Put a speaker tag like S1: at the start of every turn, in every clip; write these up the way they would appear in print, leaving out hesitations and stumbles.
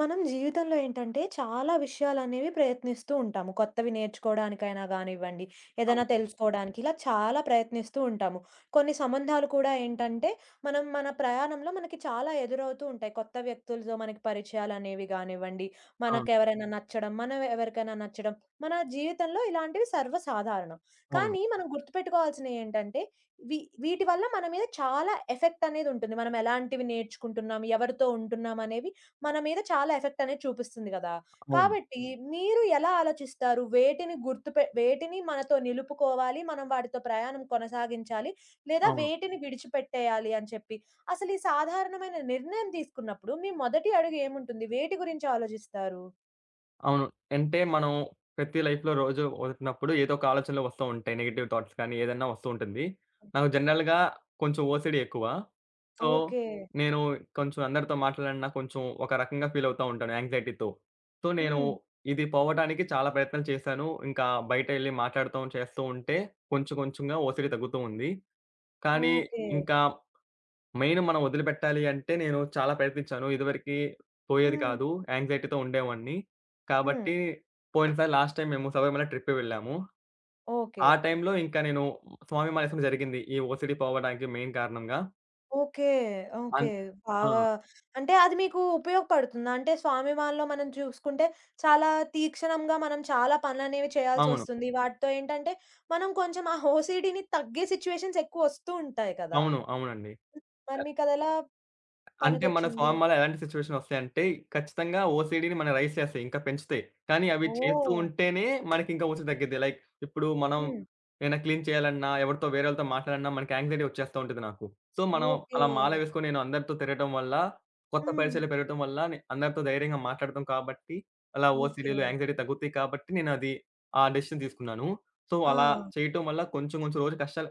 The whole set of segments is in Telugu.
S1: మనం జీవితంలో ఏంటంటే చాలా విషయాలనేవి ప్రయత్నిస్తూ ఉంటాము. కొత్తవి నేర్చుకోవడానికైనా గానివ్వండి, ఏదైనా
S2: అవును.
S1: తెలుసుకోవడానికి ఇలా చాలా ప్రయత్నిస్తూ ఉంటాము. కొన్ని సంబంధాలు కూడా ఏంటంటే మనం మన ప్రయాణంలో మనకి చాలా ఎదురవుతూ ఉంటాయి. కొత్త వ్యక్తులతో మనకి పరిచయాలనేవి గానివ్వండి,
S2: అవును.
S1: మనకెవరైనా నచ్చడం, మనం ఎవరికైనా నచ్చడం, మన జీవితంలో ఇలాంటివి సర్వసాధారణం.
S2: అవును.
S1: కానీ మనం గుర్తుపెట్టుకోవాల్సినయి ఏంటంటే వి వీటి వల్ల మన మీద చాలా ఎఫెక్ట్ అనేది ఉంటుంది. మనం ఎలాంటివి నేర్చుకుంటున్నాం, ఎవరితో ఉంటున్నాం అనేవి మన మీద చాలా ఎఫెక్ట్ అనేది చూపిస్తుంది కదా!
S2: అవును.
S1: కాబట్టి మీరు ఎలా ఆలోచిస్తారు? వేటిని మనతో నిలుపుకోవాలి, మనం వాటితో ప్రయాణం కొనసాగించాలి, లేదా
S2: అవును.
S1: వేటిని విడిచిపెట్టేయాలి అని చెప్పి. అసలు ఈ సాధారణమైన నిర్ణయం తీసుకున్నప్పుడు మీ మొదటి అడుగు ఏముంటుంది? వేటి గురించి ఆలోచిస్తారు?
S2: అవును. అంటే మనం ప్రతి లైఫ్‌లో రోజు వస్తున్నప్పుడు ఏదో ఒక ఆలోచనలు వస్తూ ఉంటాయి. నెగెటివ్ థాట్స్ కానీ ఏదన్నా వస్తూ ఉంటుంది. నాకు జనరల్‌గా కొంచెం ఓసీడీ ఎక్కువ. So,
S1: okay.
S2: నేను కొంచెం అందరితో మాట్లాడినా కొంచెం ఒక రకంగా ఫీల్ అవుతా ఉంటాను యాంగ్జైటీతో. సో, నేను
S1: హ్మ్.
S2: ఇది పోవటానికి చాలా ప్రయత్నాలు చేశాను. ఇంకా బయట ఎళ్లి మాట్లాడతాం చేస్తూ ఉంటే కొంచెం కొంచెంగా ఓసీడీ తగ్గుతూ ఉంది. కానీ
S1: ఓకే.
S2: ఇంకా మెయిన్ మనం వదిలిపెట్టాలి అంటే నేను చాలా ప్రయత్నించాను. ఇదివరకి పోయేది
S1: హ్మ్.
S2: కాదు. యాంక్సైటీతో ఉండేవాడిని.
S1: హ్మ్.
S2: కాబట్టి పోయినసారి లాస్ట్ టైమ్ మేము శబరిమల ట్రిప్‌కి వెళ్ళాము.
S1: ఓకే.
S2: ఆ టైంలో ఇంకా నేను స్వామి మానేయడం జరిగింది. ఈ ఓసీడీ పోవడానికి మెయిన్ కారణంగా.
S1: ఓకే. ఓకే.
S2: అన్ ఆ!
S1: బాగా. అంటే అది మీకు ఉపయోగపడుతుందా? అంటే స్వాభిమానిలో మనం చూసుకుంటే చాలా తీక్షణంగా మనం చాలా పనులనేవి
S2: అవును.
S1: చేయాల్సొస్తుంది. వాటితో ఏంటంటే మనం కొంచెం ఆ ఓసీడీని తగ్గే సిట్యుయేషన్స్ ఎక్కువ వస్తూ ఉంటాయి కదా!
S2: అవును. అవునండి.
S1: హ్మ్. మరి మీకదెలా
S2: అంటే మన
S1: పనికొచ్చింది?
S2: ఫార్మాలో ఎలాంటి సిట్యుయేషన్ వస్తాయంటే, ఖచ్చితంగా ఓసీడీని మన రైజ్ చేస్తాయి. ఇంకా పెంచుతాయి. కానీ అవి చేస్తూ
S1: ఓహ్!
S2: ఉంటేనే మనకింకా ఓసిడి తగ్గిద్ది. లైక్ ఇప్పుడు మనం
S1: హ్మ్.
S2: ఏమైనా క్లీన్ చేయాలన్నా, ఎవరితో వేరేళ్ళతో మాట్లాడాలన్నా మనకి యాంక్సైటీ వచ్చేస్తా ఉంటది నాకు. సో, మనం
S1: ఓకే.
S2: అలా మాల వేసుకొని నేను అందరితో తిరగటం వల్ల, కొత్త
S1: హ్మ్.
S2: పరిచయాలు పెరగటం వల్ల, నే అందరితో ధైర్యంగా మాట్లాడతాం కాబట్టి, అలా
S1: ఓకే.
S2: ఓసీడీలు, యాంక్సైటీ తగ్గుతాయి కాబట్టి నేనది ఆ డెసిషన్ తీసుకున్నాను. సో,
S1: ఆ!
S2: అలా చేయటం వల్ల కొంచెం కొంచెం రోజు కష్టాలు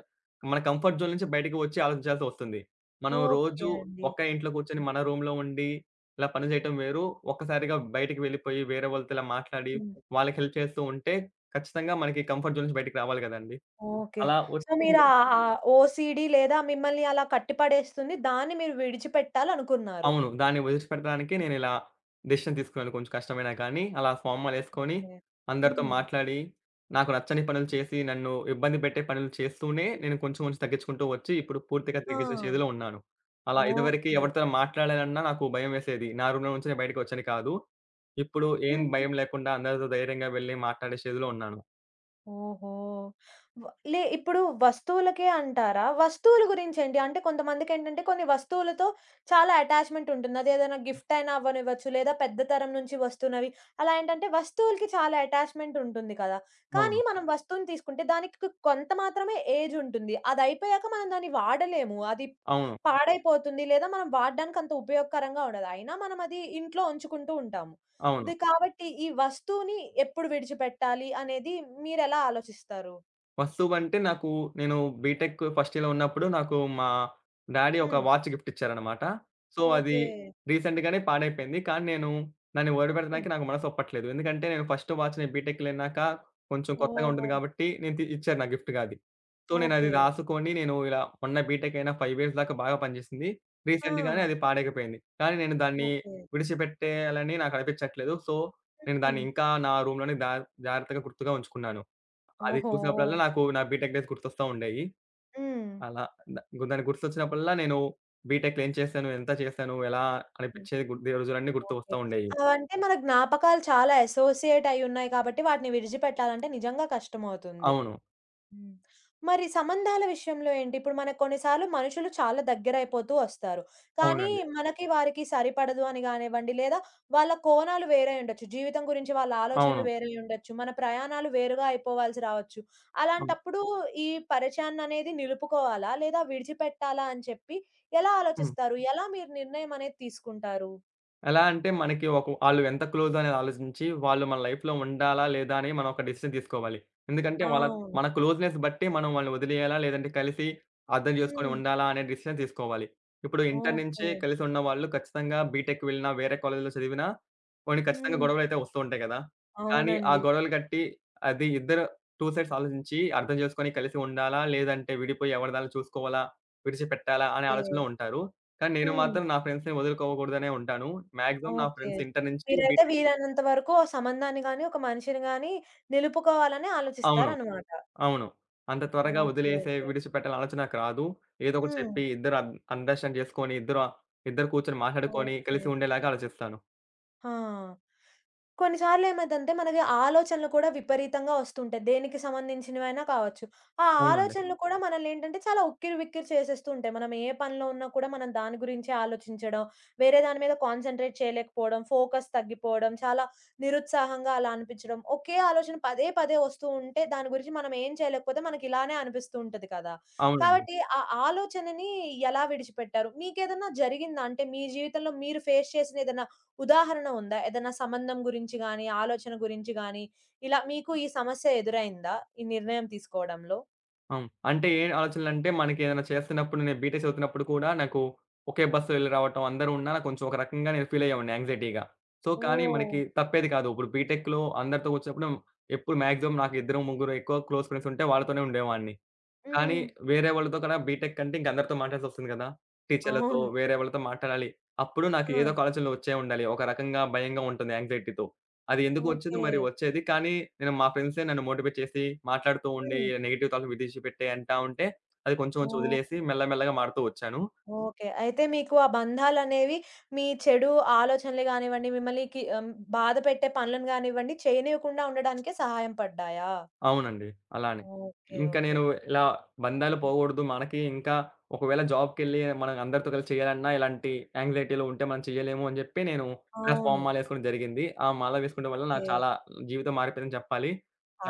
S2: మన కంఫర్ట్ జోన్ నుంచి బయటకి వచ్చి ఆలోచించాల్సొస్తుంది. మనం
S1: ఓకే
S2: రోజు
S1: అండి.
S2: ఒక్క ఇంట్లో కూర్చొని మన రూమ్‌లో ఉండి, ఇలా పని చేయటం వేరు. ఒక్కసారిగా బయటికి వెళ్ళిపోయి వేరే వాళ్ళతో ఇలా మాట్లాడి,
S1: హ్మ్.
S2: వాళ్ళకి హెల్ప్ చేస్తూ ఉంటే ఖచ్చితంగా మనకి కంఫర్ట్ జోన్ నుంచి బయటికి రావాలి గదండీ!
S1: ఓకే.
S2: అలా
S1: సో,
S2: వచ్చి
S1: మీరు
S2: నేను
S1: ఆ ఆ ఓసీడీ లేదా మిమ్మల్ని అలా కట్టిపడేస్తుంది. దాన్ని మీరు విడిచిపెట్టాలనుకున్నారు.
S2: అవును. దాన్ని వదిలిచిపెట్టడానికి నేనిలా డెసిషన్ తీసుకున్నాను. కొంచెం కష్టమైనా కానీ, అలా ఫార్మాలేసుకొని,
S1: ఓకే.
S2: అందరితో
S1: హ్మ్.
S2: మాట్లాడి, నాకు నచ్చని పనులు చేసి, నన్ను ఇబ్బంది పెట్టే పనులు చేస్తూనే, నేను కొంచెం కొంచెం తగ్గించుకుంటూ వచ్చి, ఇప్పుడు పూర్తిగా
S1: ఆ!
S2: తగ్గించే స్టేజ్‌లో ఉన్నాను. అలా ఇదివరకి
S1: ఓకే.
S2: ఎవరితో మాట్లాడాలన్నా నాకు భయమేసేది. నా రూమ్‌లో నుంచి నేను బయటకి వచ్చాను కాదు. ఇప్పుడు ఏం
S1: హ్మ్.
S2: భయం లేకుండా అందరితో ధైర్యంగా వెళ్లి మాట్లాడే స్టేజ్‌లో ఉన్నాను.
S1: ఓహో! వ లే ఇప్పుడు వస్తువులకే అంటారా? వస్తువుల గురించేంటి? అంటే కొంతమందికేంటంటే కొన్ని వస్తువులతో చాలా అటాచ్‌మెంట్ ఉంటుంది. అదేదైనా గిఫ్ట్ అయినా అవ్వనివ్వచ్చు, లేదా పెద్ద తరం నుంచి వస్తున్నవి. అలా ఏంటంటే వస్తువులకి చాలా అటాచ్‌మెంట్ ఉంటుంది కదా! కానీ
S2: అవును.
S1: మనం వస్తువుని తీసుకుంటే దానికి కొంత మాత్రమే ఏజ్ ఉంటుంది. అదయిపోయాక మనం దాన్ని వాడలేము. అది
S2: అవును.
S1: పాడైపోతుంది, లేదా మనం వాడడానికి అంత ఉపయోగకరంగా ఉండదు. అయినా మనం అది ఇంట్లో ఉంచుకుంటూ ఉంటాము.
S2: అవును.
S1: కాబట్టి ఈ వస్తువుని ఎప్పుడు విడిచిపెట్టాలి అనేది మీరెలా ఆలోచిస్తారు?
S2: వస్తువంటే నాకు నేను బీటెక్ ఫస్ట్ ఇయర్‌లో ఉన్నప్పుడు నాకు మా డ్యాడీ ఒక
S1: హ్మ్.
S2: వాచ్ గిఫ్ట్ ఇచ్చారనమాట. సో, అది
S1: ఓకే.
S2: రీసెంట్‌గానే పాడైపోయింది. కానీ నేను దాన్ని
S1: హ్మ్.
S2: ఓడబెట్టడానికి నాకు మనసు ఒప్పట్లేదు. ఎందుకంటే నేను ఫస్ట్ వాచ్ నేను బీటెక్‌లెళ్ళినాక కొంచెం కొత్తగా ఉంటుంది
S1: ఓహ్!
S2: కాబట్టి నేను ఇచ్చారు నాకు గిఫ్ట్‌గా అది. సో, నేనది
S1: ఓకే.
S2: రాసుకొని నేను ఇలా మొన్న బీటెక్ అయినా 5 ఇయర్స్ దాకా బాగా పనిచేసింది. రీసెంట్‌గానే
S1: ఆ!
S2: అది పాడైపోయింది. కానీ నేను దాన్ని
S1: ఓకే.
S2: విడిచిపెట్టేయాలని నాకు అనిపించట్లేదు. సో, నేను దాన్ని
S1: హ్మ్.
S2: ఇంకా నా రూమ్‌లోనే జాగ్రత్తగా గుర్తుగా ఉంచుకున్నాను. అది
S1: ఓహో!
S2: చూసినప్పుడల్లా నాకు నా బీటెక్ డేస్ గుర్తొస్తా ఉండేయి.
S1: హ్మ్.
S2: అలా ద దాన్ని గుర్తొచ్చినప్పుడల్లా నేను బీటెక్‌లో ఏం చేశాను? ఎంత చేశాను? ఎలా
S1: హ్మ్.
S2: అనిపించేది? రోజులన్నీ గుర్తు
S1: ఓకే.
S2: వస్తా ఉండేయి.
S1: అవంటే మన జ్ఞాపకాలు చాలా అసోసియేట్ అయ్యున్నాయి కాబట్టి వాటిని విడిచిపెట్టాలంటే నిజంగా కష్టమవుతుంది.
S2: అవును.
S1: హ్మ్. మరి సంబంధాల విషయంలో ఏంటి? ఇప్పుడు మనకు కొన్నిసార్లు మనుషులు చాలా దగ్గరైపోతూ వస్తారు. కానీ
S2: అవునండి.
S1: మనకి వారికి సరిపడదు అని గానివ్వండి, లేదా వాళ్ళ కోణాలు వేరే ఉండొచ్చు. జీవితం గురించి వాళ్ళ ఆలోచనలు
S2: అవును.
S1: వేరే ఉండొచ్చు. మన ప్రయాణాలు వేరుగా అయిపోవాల్సి రావచ్చు.
S2: అవును.
S1: అలాంటప్పుడు ఈ పరిచయాన్ననేది నిలుపుకోవాలా? లేదా విడిచిపెట్టాలా అని చెప్పి ఎలా
S2: హ్మ్.
S1: ఆలోచిస్తారు? ఎలా మీరు నిర్ణయం అనేది తీసుకుంటారు?
S2: ఎలా అంటే మనకి ఒక ఆళ్ళు ఎంత క్లోజ్ అనేది ఆలోచించి, వాళ్ళు మన లైఫ్‌లో ఉండాలా? లేదా? అని మనం ఒక డెసిషన్ తీసుకోవాలి. ఎందుకంటే వాళ్ళ
S1: అవును.
S2: మన క్లోజ్‌నెస్ బట్టి మనం వాళ్ళని వదిలేయాలా? లేదంటే కలిసి అర్థం చేసుకొని
S1: హ్మ్.
S2: ఉండాలా? అనే డెసిషన్ తీసుకోవాలి. ఇప్పుడు ఇంటర్
S1: ఓకే.
S2: నుంచే కలిసి ఉన్నవాళ్ళు ఖచ్చితంగా బీటెక్ వెళ్ళినా, వేరే కాలేజ్‌లో చదివినా కొన్ని ఖచ్చితంగా
S1: హ్మ్.
S2: గొడవలైతే వస్తూ ఉంటాయి కదా! కానీ ఆ
S1: అవునండి.
S2: గొడవలు కట్టి అది ఇద్దరు టూ సైడ్స్ ఆలోచించి అర్థం చేసుకొని కలిసి ఉండాలా? లేదంటే విడిపోయి ఎవరిదాళ్ళు చూసుకోవాలా? విడిచిపెట్టాలా? అనే
S1: ఓకే.
S2: ఆలోచనలో ఉంటారు. కానీ నేను
S1: హ్మ్.
S2: మాత్రం నా ఫ్రెండ్స్‌ని వదులుకోకూడదనే ఉంటాను. మాక్సిమం నా
S1: ఓకే.
S2: ఫ్రెండ్స్ ఇంటర్ నుంచి
S1: మీరైతే
S2: బీటెక్
S1: వీలైనంత వరకు ఆ సంబంధాన్ని గాని, ఒక మనిషిని గాని నిలుపుకోవాలని
S2: అవును.
S1: ఆలోచిస్తారనమాట.
S2: అవును. అంత త్వరగా
S1: ఓకే.
S2: వదిలేసే,
S1: ఓకే.
S2: విడిచిపెట్టాల ఆలోచన నాకు రాదు. ఏదో ఒకటి
S1: హ్మ్.
S2: చెప్పి ఇద్దరు అండర్‌స్టాండ్ చేసుకొని, ఇద్దరు ఇద్దరు కూర్చొని మాట్లాడుకొని,
S1: ఓకే.
S2: కలిసి ఉండేలాగా ఆలోచిస్తాను.
S1: ఆ! కొన్నిసార్లు ఏమైద్దంటే మనకి ఆలోచనలు కూడా విపరీతంగా వస్తుంటాయి. దేనికి సంబంధించినవైనా కావచ్చు. ఆ
S2: అవునండి.
S1: ఆలోచనలు కూడా మనల్నేంటంటే చాలా ఉక్కిరి బిక్కిరి చేసేస్తూ ఉంటాయి. మనం ఏ పనిలో ఉన్నా కూడా మనం దాని గురించే ఆలోచించడం, వేరే దాని మీద కాన్సంట్రేట్ చేయలేకపోవడం, ఫోకస్ తగ్గిపోవడం, చాలా నిరుత్సాహంగా అలా అనిపించడం. ఒకే ఆలోచన పదే పదే వస్తూ ఉంటే దాని గురించి మనం ఏం చేయలేకపోతే మనకి ఇలానే అనిపిస్తూ ఉంటది కదా!
S2: అవునండి.
S1: కాబట్టి ఆ ఆలోచనని ఎలా విడిచిపెట్టారు? మీకేదన్నా జరిగిందా? అంటే మీ జీవితంలో మీరు ఫేస్ చేసిన ఏదన్నా ఉదాహరణ ఉందా? ఏదైనా సంబంధం గురించి గాని, ఆలోచన గురించి గాని, ఇలా మీకు ఈ సమస్య ఎదురైందా? ఈ నిర్ణయం తీసుకోవడంలో?
S2: అవును. అంటే ఏ ఆలోచనలంటే మనకేదైనా చేస్తున్నప్పుడు నేను బీటెక్ చదువుతున్నప్పుడు కూడా నాకు ఒకే బస్‌లో వెళ్లి రావటం అందరూ ఉన్నా నాకు కొంచెం ఒక రకంగా నేను ఫీల్ అయ్యేవాడిని యాంక్సైటీగా. సో, కానీ
S1: ఓహ్!
S2: మనకి తప్పేది కాదు. ఇప్పుడు బీటెక్‌లో అందరితో వచ్చినప్పుడు ఎప్పుడు మాక్సిమం నాకు ఇద్దరు, ముగ్గురు ఎక్కువ క్లోజ్ ఫ్రెండ్స్ ఉంటే వాళ్ళతోనే ఉండేవాడిని. కానీ
S1: హ్మ్.
S2: వేరే వాళ్ళతో కూడా బీటెక్ అంటే ఇంక అందరితో మాట్లాడాల్సొస్తుంది గదా! టీచర్‌లతో,
S1: అవును.
S2: వేరే వాళ్ళతో మాట్లాడాలి. అప్పుడు నాకు
S1: ఆ!
S2: ఏదో ఒక ఆలోచనలు వచ్చే ఉండాలి. ఒక రకంగా భయంగా ఉంటుంది యాంక్సైటీతో. అది ఎందుకు వచ్చేదో
S1: ఓకే.
S2: మరి వచ్చేది. కానీ నేను మా ఫ్రెండ్సే నన్ను మోటివేట్ చేసి మాట్లాడుతూ ఉండి
S1: హ్మ్.
S2: నెగెటివ్ థాట్‌లు విదిలిచిపెట్టే అంటా ఉంటే అది కొంచెం కొంచెం
S1: ఓహ్!
S2: వదిలేసి మెల్ల మెల్లగా మారుతూ వచ్చాను.
S1: ఓకే. అయితే మీకు ఆ బంధాలనేవి మీ చెడు ఆలోచనలు గానివ్వండి, మిమ్మల్ని కి బాధ పెట్టే పనులను గానివ్వండి, చేయనివ్వకుండా ఉండడానికే సహాయం పడ్డాయా?
S2: అవునండి. అలానే.
S1: ఓకే.
S2: ఇంకా
S1: ఓకే.
S2: నేను ఇలా బంధాలు
S1: హ్మ్.
S2: పోగూడదు. మనకి ఇంకా ఒకవేళ జాబ్‌కెళ్ళి మనం అందరితో కలిసి చేయాలన్నా ఇలాంటి యాంక్సైటీలో ఉంటే మనం చేయలేము అని జెప్పి నేను ఇలా
S1: అవును.
S2: స్పామ్ మాల ఏసుకోవడం జరిగింది. ఆ మాల వేసుకోవడం వల్ల
S1: ఓకే.
S2: నాకు చాలా జీవితం మారిపోయిందని చెప్పాలి.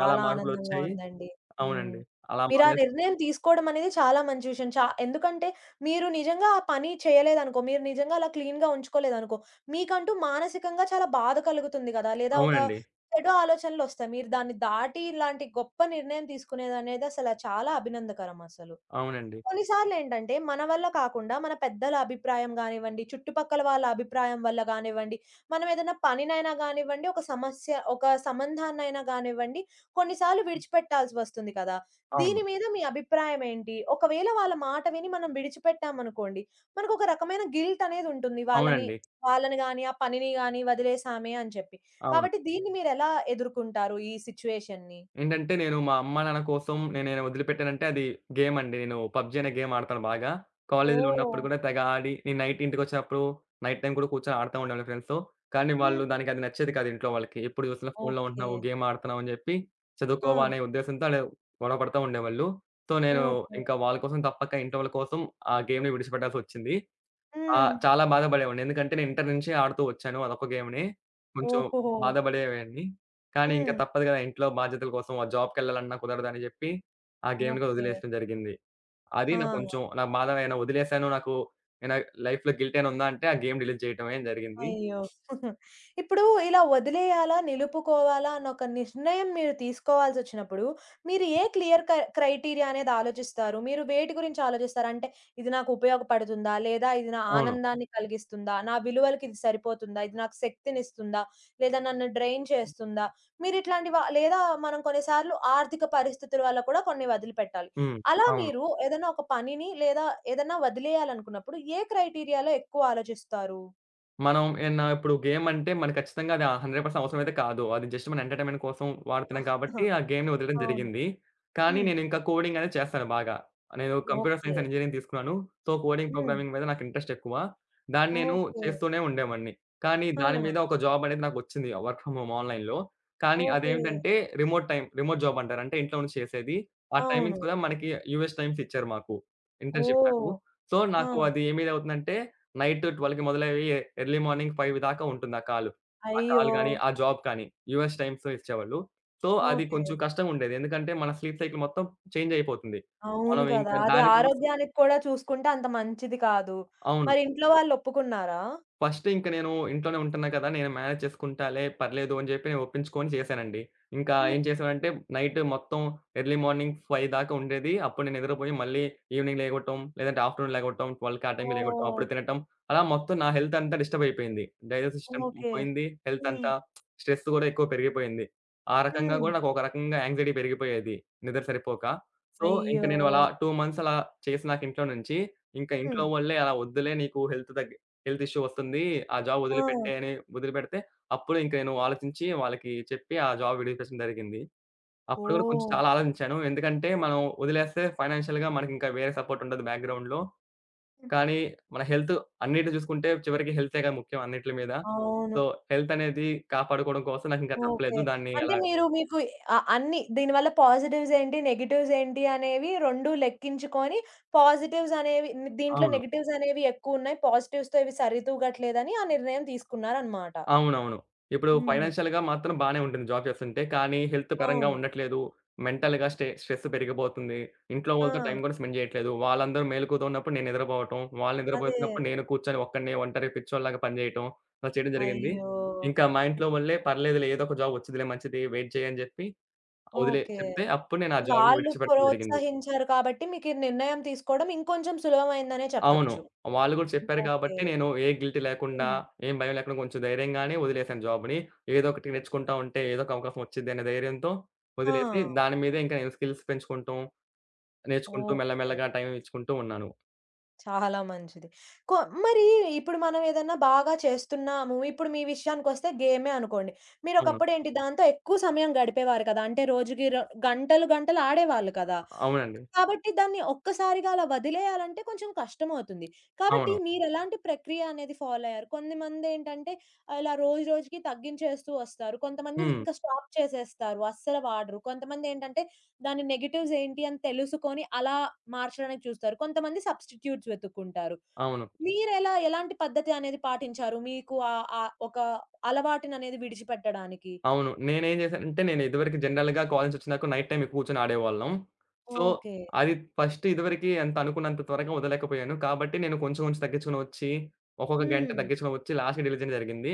S2: చాలా
S1: ఆనందంగా
S2: మార్పులొచ్చాయి.
S1: ఉందండి. హ్మ్.
S2: అవునండి. అలా
S1: మీరు ఆ
S2: మాలేసుకు
S1: నిర్ణయం తీసుకోవడం అనేది చాలా మంచి విషయం. ఎందుకంటే మీరు నిజంగా ఆ పని చేయలేదనుకో, మీరు నిజంగా అలా క్లీన్‌గా ఉంచుకోలేదనుకో, మీకంటూ మానసికంగా చాలా బాధ కలుగుతుంది గదా! లేదా ఒక
S2: అవునండి.
S1: చెడు ఆలోచనలొస్తాయి. మీరు దాన్ని దాటి ఇలాంటి గొప్ప నిర్ణయం తీసుకునేదనేది అసల చాలా అభినందకరం అసలు.
S2: అవునండి.
S1: కొన్నిసార్లు ఏంటంటే మన వల్ల కాకుండా మన పెద్దల అభిప్రాయం గానివ్వండి, చుట్టుపక్కల వాళ్ళ అభిప్రాయం వల్ల గానివ్వండి, మనం ఏదైనా పనినైనా గానివ్వండి, ఒక సమస్య ఒక సంబంధాన్నైనా గానివ్వండి, కొన్నిసార్లు విడిచిపెట్టాల్సి వస్తుంది కదా!
S2: అవును.
S1: దీని మీద మీ అభిప్రాయం ఏంటి? ఒకవేళ వాళ్ళ మాట విని మనం విడిచిపెట్టామనుకోండి, మనకొక రకమైన గిల్ట్ అనేదుంటుంది. వాళ్ళని
S2: అవునండి.
S1: వాళ్ళని గాని, ఆ పనిని గాని వదిలేసామే అని చెప్పి.
S2: అవును.
S1: కాబట్టి దీన్ని మీరెలా ఎదుర్కుంటారు ఈ సిట్యుయేషన్‌ని?
S2: ఏంటంటే నేను మా అమ్మా, నాన్న కోసం నేనేనా వదిలిపెట్టానంటే అది గేమ్ అండి. నేను పబ్‌జీ అనే గేమ్ ఆడతాను బాగా. కాలేజీలో
S1: ఓహ్!
S2: ఉన్నప్పుడు కూడా తెగ ఆడి, నేను నైట్ ఇంటికొచ్చినప్పుడు నైట్ టైమ్ కూడా కూర్చొని ఆడుతా ఉండేవాడిని ఫ్రెండ్స్‌తో. కానీ
S1: హ్మ్.
S2: వాళ్ళు దానికి అది నచ్చేది కాదు ఇంట్లో వాళ్ళకి. ఎప్పుడు చూసినా ఫోన్‌లో
S1: ఓకే.
S2: ఉంటున్నావు, గేమ్ ఆడుతున్నావు అని చెప్పి చదువుకోవా అనే
S1: ఆ!
S2: ఉద్దేశంతో ఆళ్ళు గొడవ పడతా ఉండేవాళ్ళు. సో, నేను
S1: ఓకే.
S2: ఇంకా వాళ్ళ కోసం తప్పక ఇంట్లో వాళ్ళ కోసం ఆ గేమ్‌ని విడిచిపెట్టాల్సొచ్చింది. ఆ!
S1: హ్మ్.
S2: చాలా బాధపడేవాడిని. ఎందుకంటే నేను ఇంటర్ నుంచే ఆడుతూ వచ్చాను అదొక గేమ్‌ని. కొంచెం
S1: ఓహోహో!
S2: బాధపడేవాడిని. కానీ ఇంక
S1: హ్మ్.
S2: తప్పదు కదా! ఇంట్లో బాధ్యతల కోసం ఆ జాబ్‌కెళ్ళాలన్నా కుదరదని చెప్పి, ఆ గేమ్‌ని కూడా
S1: ఓకే.
S2: వదిలేయడం జరిగింది. అది నాకు కొంచెం
S1: ఆ!
S2: నా బాధ ఏమైనా వదిలేసాను, నాకు ఏమైనా లైఫ్‌లో గిల్ట్ ఏమైనా ఉందా అంటే ఆ గేమ్ డిలీట్ చేయడమే జరిగింది.
S1: అయ్యో! ఇప్పుడు ఇలా వదిలేయాలా? నిలుపుకోవాలా? అన్న ఒక నిర్ణయం మీరు తీసుకోవాల్సొచ్చినప్పుడు, మీరు ఏ క్లియర్ క్రైటీరియా అనేది ఆలోచిస్తారు? మీరు వేటి గురించి ఆలోచిస్తారు? అంటే ఇది నాకు ఉపయోగపడుతుందా? లేదా ఇది నా
S2: అవును.
S1: ఆనందాన్ని కలిగిస్తుందా? నా విలువలకి ఇది సరిపోతుందా? ఇది నాకు శక్తినిస్తుందా? లేదా నన్ను డ్రైన్ చేస్తుందా? మీరు ఇట్లాంటి వ లేదా మనం కొన్నిసార్లు ఆర్థిక పరిస్థితుల వల్ల కూడా కొన్ని వదిలిపెట్టాలి.
S2: హ్మ్.
S1: అలా
S2: అవును.
S1: మీరు ఏదైనా ఒక పనిని లేదా ఏదన్నా వదిలేయాలనుకున్నప్పుడు ఏ క్రైటీరియాలో ఎక్కువ ఆలోచిస్తారు?
S2: మనం ఏన్నా ఇప్పుడు గేమ్ అంటే మనకు ఖచ్చితంగా అది 100% అవసరమైతే కాదు. అది జస్ట్ మన ఎంటర్‌టైన్‌మెంట్ కోసం వాడుతున్నాం కాబట్టి ఆ గేమ్‌ని వదలడం
S1: అవును.
S2: జరిగింది. కానీ
S1: హ్మ్.
S2: నేను ఇంకా కోడింగ్ అనేది చేస్తాను బాగా. నేను computer
S1: okay.
S2: Science and engineering తీసుకున్నాను. సో, కోడింగ్
S1: హ్మ్.
S2: ప్రోగ్రామింగ్ మీద నాకు ఇంట్రెస్ట్ ఎక్కువ. దాన్ని నేను
S1: ఓకే.
S2: చేస్తూనే ఉండేవాడిని. కానీ దాని
S1: ఆ!
S2: మీద ఒక జాబ్ అనేది నాకొచ్చింది. వర్క్ ఫ్రమ్ హోమ్ ఆన్‌లైన్‌లో. కానీ
S1: ఓకే.
S2: అదేంటంటే రిమోట్ జాబ్ అంటారు. అంటే ఇంట్లో నుంచి చేసేది. ఆ
S1: అవును.
S2: టైమింగ్స్ కూడా మనకి యూఎస్ టైమ్స్ ఇచ్చారు మాకు. Internship
S1: oh!
S2: నాకు. సో, నాకు
S1: ఆ!
S2: అది ఏం ఇదవుతుందంటే నైట్ 12:00కి మొదలయ్యి ఎర్లీ మార్నింగ్ 5 దాకా ఉంటుంది ఆ కాల్. ఆ
S1: అయ్యో!
S2: కాల్ గాని, ఆ జాబ్ కానీ యూఎస్ టైమ్స్‌లో ఇచ్చేవాళ్ళు. సో, అది
S1: ఓకే.
S2: కొంచెం కష్టంగుండేది. ఎందుకంటే మన స్లీప్ సైకిల్ మొత్తం చేంజ్ అయిపోతుంది.
S1: అవును
S2: మనం
S1: కదా!
S2: ఇంకా
S1: అది
S2: దానికోసం
S1: ఆరోగ్యానికి కూడా చూసుకుంటే అంత మంచిది కాదు.
S2: అవును.
S1: మరి ఇంట్లో వాళ్ళు ఒప్పుకున్నారా?
S2: ఫస్ట్ ఇంక నేను ఇంట్లోనే ఉంటున్నా కదా! నేను మేనేజ్ చేసుకుంటాలే పర్లేదు అని జెప్పి నేను ఒప్పించుకొని చేశానండి. ఇంకా
S1: హ్మ్.
S2: ఏం చేశానంటే నైట్ మొత్తం ఎర్లీ మార్నింగ్ 5 దాకా ఉండేది. అప్పుడు నేను నిద్రపోయి మళ్ళీ ఈవినింగ్ లేగవటం, లేదంటే ఆఫ్టర్‌నూన్ లేగవటం, 12కి ఆ టైంకి లేగవటం,
S1: ఓహ్!
S2: అప్పుడు తినటం. అలా మొత్తం నా హెల్త్ అంతా డిస్టర్బ్ అయిపోయింది. Digest system
S1: okay.
S2: పోయింది. హెల్త్
S1: హ్మ్.
S2: అంతా స్ట్రెస్ గూడా ఎక్కువ పెరిగిపోయింది. ఆ రకంగా
S1: హ్మ్.
S2: గూడా నాకు ఒక రకంగా యాంగ్జైటీ పెరిగిపోయేది నిద్ర సరిపోక. సో, ఇంక
S1: అయ్యో!
S2: నేను అలా 2 మంత్స్ అలా చేసి నాకు ఇంట్లో నుంచి, ఇంక ఇంట్లో
S1: హ్మ్.
S2: వాళ్ళే అలా "వద్దులే నీకు హెల్త్ హెల్త్ ఇష్యూ వస్తుంది. ఆ జాబ్
S1: ఆ!
S2: వదిలిపెట్టేయి" అని వదిలిపెడితే, అప్పుడు ఇంక నేను ఆలోచించి వాళ్ళకి చెప్పి ఆ జాబ్ విడిపించడం జరిగింది. అప్పుడు కూడా కొంచెం
S1: ఓహ్!
S2: చాలా ఆలోచించాను. ఎందుకంటే మనం వదిలేస్తే ఫైనాన్షియల్‌గా మనకింకా వేరే సపోర్ట్ ఉండదు బ్యాక్‌గ్రౌండ్‌లో.
S1: హ్మ్.
S2: కానీ మన హెల్త్ అన్నిటిని చూసుకుంటే చివరికి హెల్తేగా ముఖ్యం అన్నిట్ల మీద.
S1: అవును.
S2: సో, హెల్త్ అనేది కాపాడుకోవడం కోసం నాకింకా
S1: ఓకే.
S2: తప్పలేదు. దాన్ని
S1: అంటే
S2: అలా
S1: మీరు మీకు అన్ని దీనివల్ల పాజిటివ్స్ ఏంటి? నెగెటివ్స్ ఏంటి? అనేవి 2 లెక్కించుకొని దీంట్లో
S2: అవును.
S1: నెగెటివ్స్ అనేవి ఎక్కువున్నాయి. పాజిటివ్స్‌తో ఇవి సరితూగట్లేదని ఆ నిర్ణయం తీసుకున్నారనమాట.
S2: అవునవును ఇప్పుడు
S1: హ్మ్.
S2: ఫైనాన్షియల్‌గా మాత్రం బానే ఉంటుంది జాబ్ చేస్తుంటే. కానీ హెల్త్ పరంగా
S1: అవును.
S2: ఉండట్లేదు. మెంటల్‌గా స్ట్రెస్ పెరిగిపోతుంది. ఇంట్లో
S1: ఆ!
S2: వాళ్ళతో టైం కూడా స్పెండ్ చేయట్లేదు. వాళ్ళందరూ మేలుకువతో ఉన్నప్పుడు నేను నిద్రపోవటం. వాళ్ళు
S1: అదే.
S2: నిద్రపోతున్నప్పుడు నేను కూర్చొని ఒక్కడినే ఒంటరి పిచ్చోడిలాగా పని చేయటం. అలా చేయడం జరిగింది.
S1: అయ్యో!
S2: ఇంకా మా ఇంట్లో వాళ్ళే "పర్లేదులే ఏదో ఒక జాబ్ వచ్చిదిలే మంచిది. వెయిట్ చెయ్యి" అని చెప్పి వదిలే
S1: ఓకే.
S2: చెప్తే అప్పుడు నేను ఆ జాబ్‌ని
S1: వాళ్ళు
S2: విడిచిపెట్టడం జరిగింది.
S1: ప్రోత్సహించారు కాబట్టి మీకు ఈ నిర్ణయం తీసుకోవడం ఇంకొంచెం సులభమైందనే
S2: అవును.
S1: చెప్పొచ్చు.
S2: వాళ్ళు గూడా చెప్పారు
S1: ఓకే.
S2: కాబట్టి నేను ఏ గిల్టీ లేకుండా,
S1: హ్మ్.
S2: ఏం భయం లేకుండా కొంచెం ధైర్యంగానే వదిలేసాను జాబ్‌ని. ఏదో ఒకటి నేర్చుకుంటా ఉంటే ఏదో ఒక అవకాశం వచ్చిద్ది అనే ధైర్యంతో
S1: ఆ!
S2: వదిలేసి, దాని మీదే ఇంకా నేను స్కిల్స్ పెంచుకుంటూ, నేర్చుకుంటూ
S1: ఓకే.
S2: మెల్లమెల్లగా టైం ఇచ్చుకుంటూ ఉన్నాను.
S1: చాలా మంచిది. కొ మరి ఇప్పుడు మనం ఏదన్నా బాగా చేస్తున్నాము. ఇప్పుడు మీ విషయానికొస్తే గేమే అనుకోండి.
S2: అవును.
S1: మీరొకప్పుడేంటి దాంతో ఎక్కువ సమయం గడిపేవారు కదా! అంటే రోజుకి రొ గంటలు గంటలు ఆడేవాళ్ళు కదా!
S2: అవునండి.
S1: కాబట్టి దాన్ని ఒక్కసారిగా అలా వదిలేయాలంటే కొంచెం కష్టమవుతుంది. కాబట్టి
S2: అవును.
S1: మీరెలాంటి ప్రక్రియ అనేది ఫాలో అయ్యారు? కొంతమందేంటంటే ఇలా రోజు రోజుకి తగ్గించేస్తూ వస్తారు. కొంతమంది
S2: హ్మ్.
S1: ఇంకా స్టాప్ చేసేస్తారు. అస్సలు వాడరు. కొంతమందేంటంటే దాని నెగెటివ్స్ ఏంటి అని తెలుసుకొని అలా మార్చడానికి చూస్తారు. కొంతమంది సబ్‌స్టిట్యూట్స్ వెతుక్కుంటారు.
S2: అవును.
S1: మీరెలా ఎలాంటి పద్ధతి అనేది పాటించారు? మీకు ఆహ్, ఆహ్, ఒక అలవాటుననేది విడిచిపెట్టడానికి?
S2: అవును. నేనేం జేశానంటే, నేను ఇదివరకు జనరల్‌గా కాలేజ్ నుంచి వచ్చిన దాకా నైట్ టైమ్ ఎక్కువ కూర్చొని ఆడేవాళ్ళం. So,
S1: okay.
S2: అది ఫస్ట్ ఇదివరకి అంత అనుకున్నంత త్వరగా వదలలేకపోయాను. కాబట్టి నేను కొంచెం కొంచెం తగ్గించుకొని వచ్చి, ఒక్కొక్క గంట
S1: హ్మ్.
S2: తగ్గించుకొని వచ్చి లాస్ట్‌కి డిలే చేయడం జరిగింది.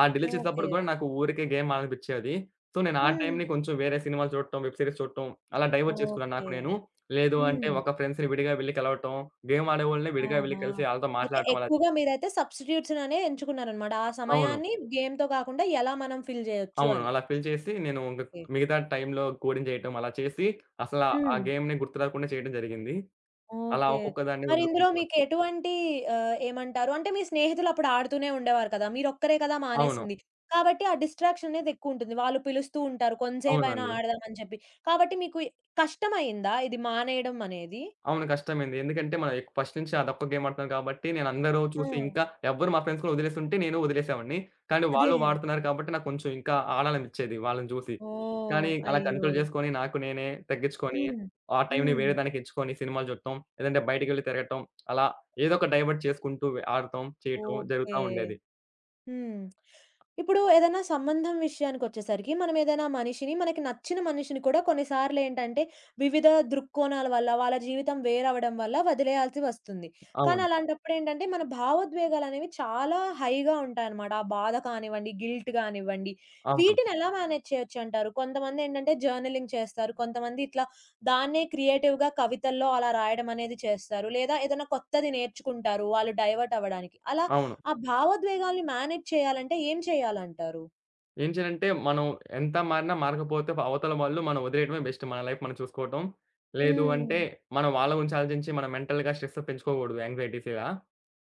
S2: ఆ డిలే
S1: ఓకే.
S2: చేసేటప్పుడు కూడా నాకు ఊరికే గేమ్ ఆడాలనిపిచ్చేది. సో, నేను ఆ
S1: హ్మ్.
S2: టైమ్‌ని కొంచెం వేరే సినిమాలు చూడటం, వెబ్ సీరీస్ చూడటం అలా డైవర్ట్ చేసుకున్నాను
S1: ఓకే.
S2: నాకు నేను. లేదు అంటే
S1: హ్మ్.
S2: ఒక ఫ్రెండ్స్‌ని విడిగా వెళ్లి కలవటం, గేమ్ ఆడేవాళ్ళని విడిగా వెళ్లి
S1: ఆహా!
S2: కలిసి ఆళ్ళతో
S1: అయితే
S2: మాట్లాడటం అలా
S1: ఎక్కువగా మీరైతే సబ్స్టిట్యూట్స్‌ననే ఎంచుకున్నారనమాట. ఆ
S2: అవును.
S1: సమయాన్ని గేమ్‌తో కాకుండా ఎలా మనం ఫిల్ జేయొచ్చు
S2: అవును.
S1: అని.
S2: అలా ఫిల్ చేసి నేను ఇంక
S1: ఓకే.
S2: మిగతా టైంలో కోడింగ్ చేయటం అలా చేసి అసల ఆ
S1: హ్మ్.
S2: గేమ్‌ని గుర్తు రాకుండా చేయడం జరిగింది. అలా
S1: ఓకే.
S2: ఒక్కొక్క దాన్ని
S1: మరి ఇందులో
S2: వదులుకుంటూ
S1: మీకు
S2: వచ్చాను.
S1: ఎటువంటి ఏమంటారు అంటే మీ స్నేహితులు అప్పుడు ఆడుతూనే ఉండేవారు కదా! మీరొక్కరే కదా
S2: అవును.
S1: మానేసింది. కాబట్టి ఆ డిస్ట్రాక్షన్ అనేది ఎక్కువుంటుంది. వాళ్ళు పిలుస్తూ ఉంటారు కొంసేపైనా
S2: అవునండి.
S1: ఆడదాం అని చెప్పి. కాబట్టి మీకు కష్టమయిందా ఇది మానేయడం అనేది?
S2: అవును. కష్టమైంది. ఎందుకంటే మనం ఫస్ట్ నుంచి అదొక్క గేమ్ ఆడుతున్నాం కాబట్టి నేను అందరూ
S1: ఆ!
S2: చూసి ఇంకా ఎవ్వరు మా ఫ్రెండ్స్ కూడా వదిలేసుంటే నేను వదిలేసేవాడిని. కానీ
S1: అదే.
S2: వాళ్ళు వాడుతున్నారు కాబట్టి నాకు కొంచెం ఇంకా ఆడాలనిపిచ్చేది వాళ్ళని చూసి.
S1: ఓహ్!
S2: కానీ అలా
S1: అయ్యో!
S2: కంట్రోల్ చేసుకొని నాకు నేనే తగ్గించుకొని
S1: హ్మ్.
S2: ఆ టైంని
S1: హ్మ్.
S2: వేరే దానికి ఇచ్చుకొని సినిమాలు చూడటం, లేదంటే బయటికెళ్ళి తిరగటం అలా ఏదో ఒక డైవర్ట్ చేసుకుంటూ ఆడటం, చేయటం
S1: ఓకే.
S2: జరుగుతా ఉండేది.
S1: హ్మ్. ఇప్పుడు ఏదైనా సంబంధం విషయానికొచ్చేసరికి, మనం ఏదైనా మనిషిని మనకి నచ్చిన మనిషిని కూడా కొన్నిసార్లేంటంటే, వివిధ దృక్కోణాల వల్ల, వాళ్ళ జీవితం వేరవ్వడం వల్ల వదిలేయాల్సి వస్తుంది. కానీ
S2: అవును.
S1: అలాంటప్పుడేంటంటే, మన భావోద్వేగాలనేవి చాలా హైగా ఉంటాయనమాట. ఆ బాధ కానివ్వండి, గిల్ట్ గానివ్వండి,
S2: అవును.
S1: వీటినెలా మేనేజ్ చేయొచ్చంటారు? కొంతమందేంటంటే జర్నలింగ్ చేస్తారు. కొంతమంది ఇట్లా దాన్నే క్రియేటివ్‌గా కవితల్లో అలా రాయడమనేది చేస్తారు. లేదా ఏదైనా కొత్తది నేర్చుకుంటారు, వాళ్ళు డైవర్ట్ అవ్వడానికి. అలా
S2: అవును.
S1: ఆ భావోద్వేగాల్ని మేనేజ్ చేయాలంటే ఏం చేయాలంటారు?
S2: ఏం చేయాలంటే మనం ఎంత మారినా మారకపోతే అవతల వాళ్ళు మనం వదిలేయడమే బెస్ట్. మన లైఫ్ మనం చూసుకోవటం. లేదు
S1: హ్మ్.
S2: అంటే మనం వాళ్ళ గురించి ఆలోచించి మనం మెంటల్‌గా స్ట్రెస్ పెంచుకోకూడదు యాంక్సైటీస్ ఇలా.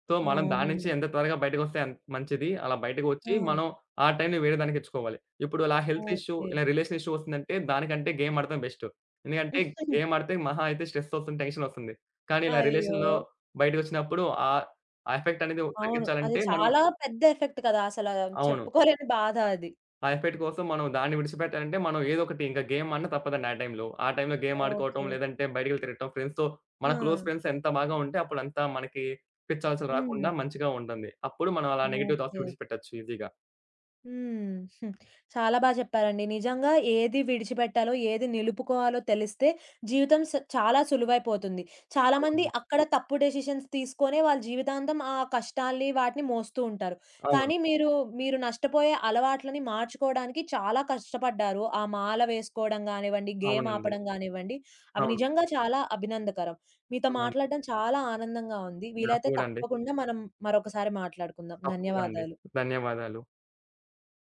S2: సో, మనం దాని నుంచి
S1: అవునండి.
S2: ఎంత త్వరగా బయటకొస్తే అంత మంచిది. అలా బయటకు
S1: ఆ!
S2: వచ్చి మనం ఆ టైంని వేరే దానికి ఇచ్చుకోవాలి. ఇప్పుడు అలా హెల్త్ ఇష్యూ,
S1: ఓకే.
S2: ఇలా రిలేషన్ ఇష్యూ వస్తుందంటే దానికంటే గేమ్ ఆడటం బెస్ట్. ఎందుకంటే గేమ్ ఆడితే మహా అయితే స్ట్రెస్ వస్తుంది, టెన్షన్ వస్తుంది. కానీ ఇలా
S1: అయ్యో!
S2: రిలేషన్‌లో బయటకొచ్చినప్పుడు ఆ ఎఫెక్ట్ అనేది
S1: అవును. అది
S2: తగ్గించాలంటే మనం
S1: చాలా పెద్ద ఎఫెక్ట్ కదా! అసల
S2: అవును.
S1: చెప్పుకోలేని బాధ అది.
S2: ఆ ఎఫెక్ట్ కోసం మనం దాన్ని విడిచిపెట్టాలంటే, మనం ఏదో ఒకటి ఇంకా గేమ్ అన్నా తప్పదండి ఆ టైంలో. ఆ టైంలో గేమ్ ఆడుకోవటం,
S1: ఓకే.
S2: లేదంటే బయటికెళ్ళి తిరగటం, ఫ్రెండ్స్‌తో
S1: ఆ!
S2: మన క్లోజ్ ఫ్రెండ్స్ ఎంత బాగా ఉంటే, అప్పుడు అంతా మనకి పిచ్చి ఆలోచనలు
S1: హ్మ్.
S2: రాకుండా మంచిగా ఉంటుంది. అప్పుడు మనం అలా నెగెటివ్ థాట్స్
S1: ఓకే.
S2: విడిచిపెట్టొచ్చు ఈజీగా.
S1: హ్మ్. హ్మ్. చాలా బా చెప్పారండి. నిజంగా ఏది విడిచిపెట్టాలో, ఏది నిలుపుకోవాలో తెలిస్తే జీవితం స చాలా సులువైపోతుంది. చాలామంది
S2: అవును.
S1: అక్కడ తప్పు డెసిషన్స్ తీసుకొనే వాళ్ళ జీవితాంతం ఆ కష్టాల్ని, వాటిని మోస్తూ ఉంటారు.
S2: అవును.
S1: కానీ మీరు, మీరు నష్టపోయే అలవాట్లని మార్చుకోవడానికి చాలా కష్టపడ్డారు. ఆ మాల వేసుకోవడం గానివ్వండి, గేమ్
S2: అవునండి.
S1: ఆపడం గానివ్వండి, అవి
S2: అవును.
S1: నిజంగా చాలా అభినందకరం. మీతో
S2: అవునండి.
S1: మాట్లాడడం చాలా ఆనందంగా ఉంది.
S2: నాకు
S1: వీలైతే
S2: కూడా అండి.
S1: తప్పకుండా మనం మరొకసారి మాట్లాడుకుందాం.
S2: తప్పకుండా అండి.
S1: ధన్యవాదాలు.
S2: ధన్యవాదాలు.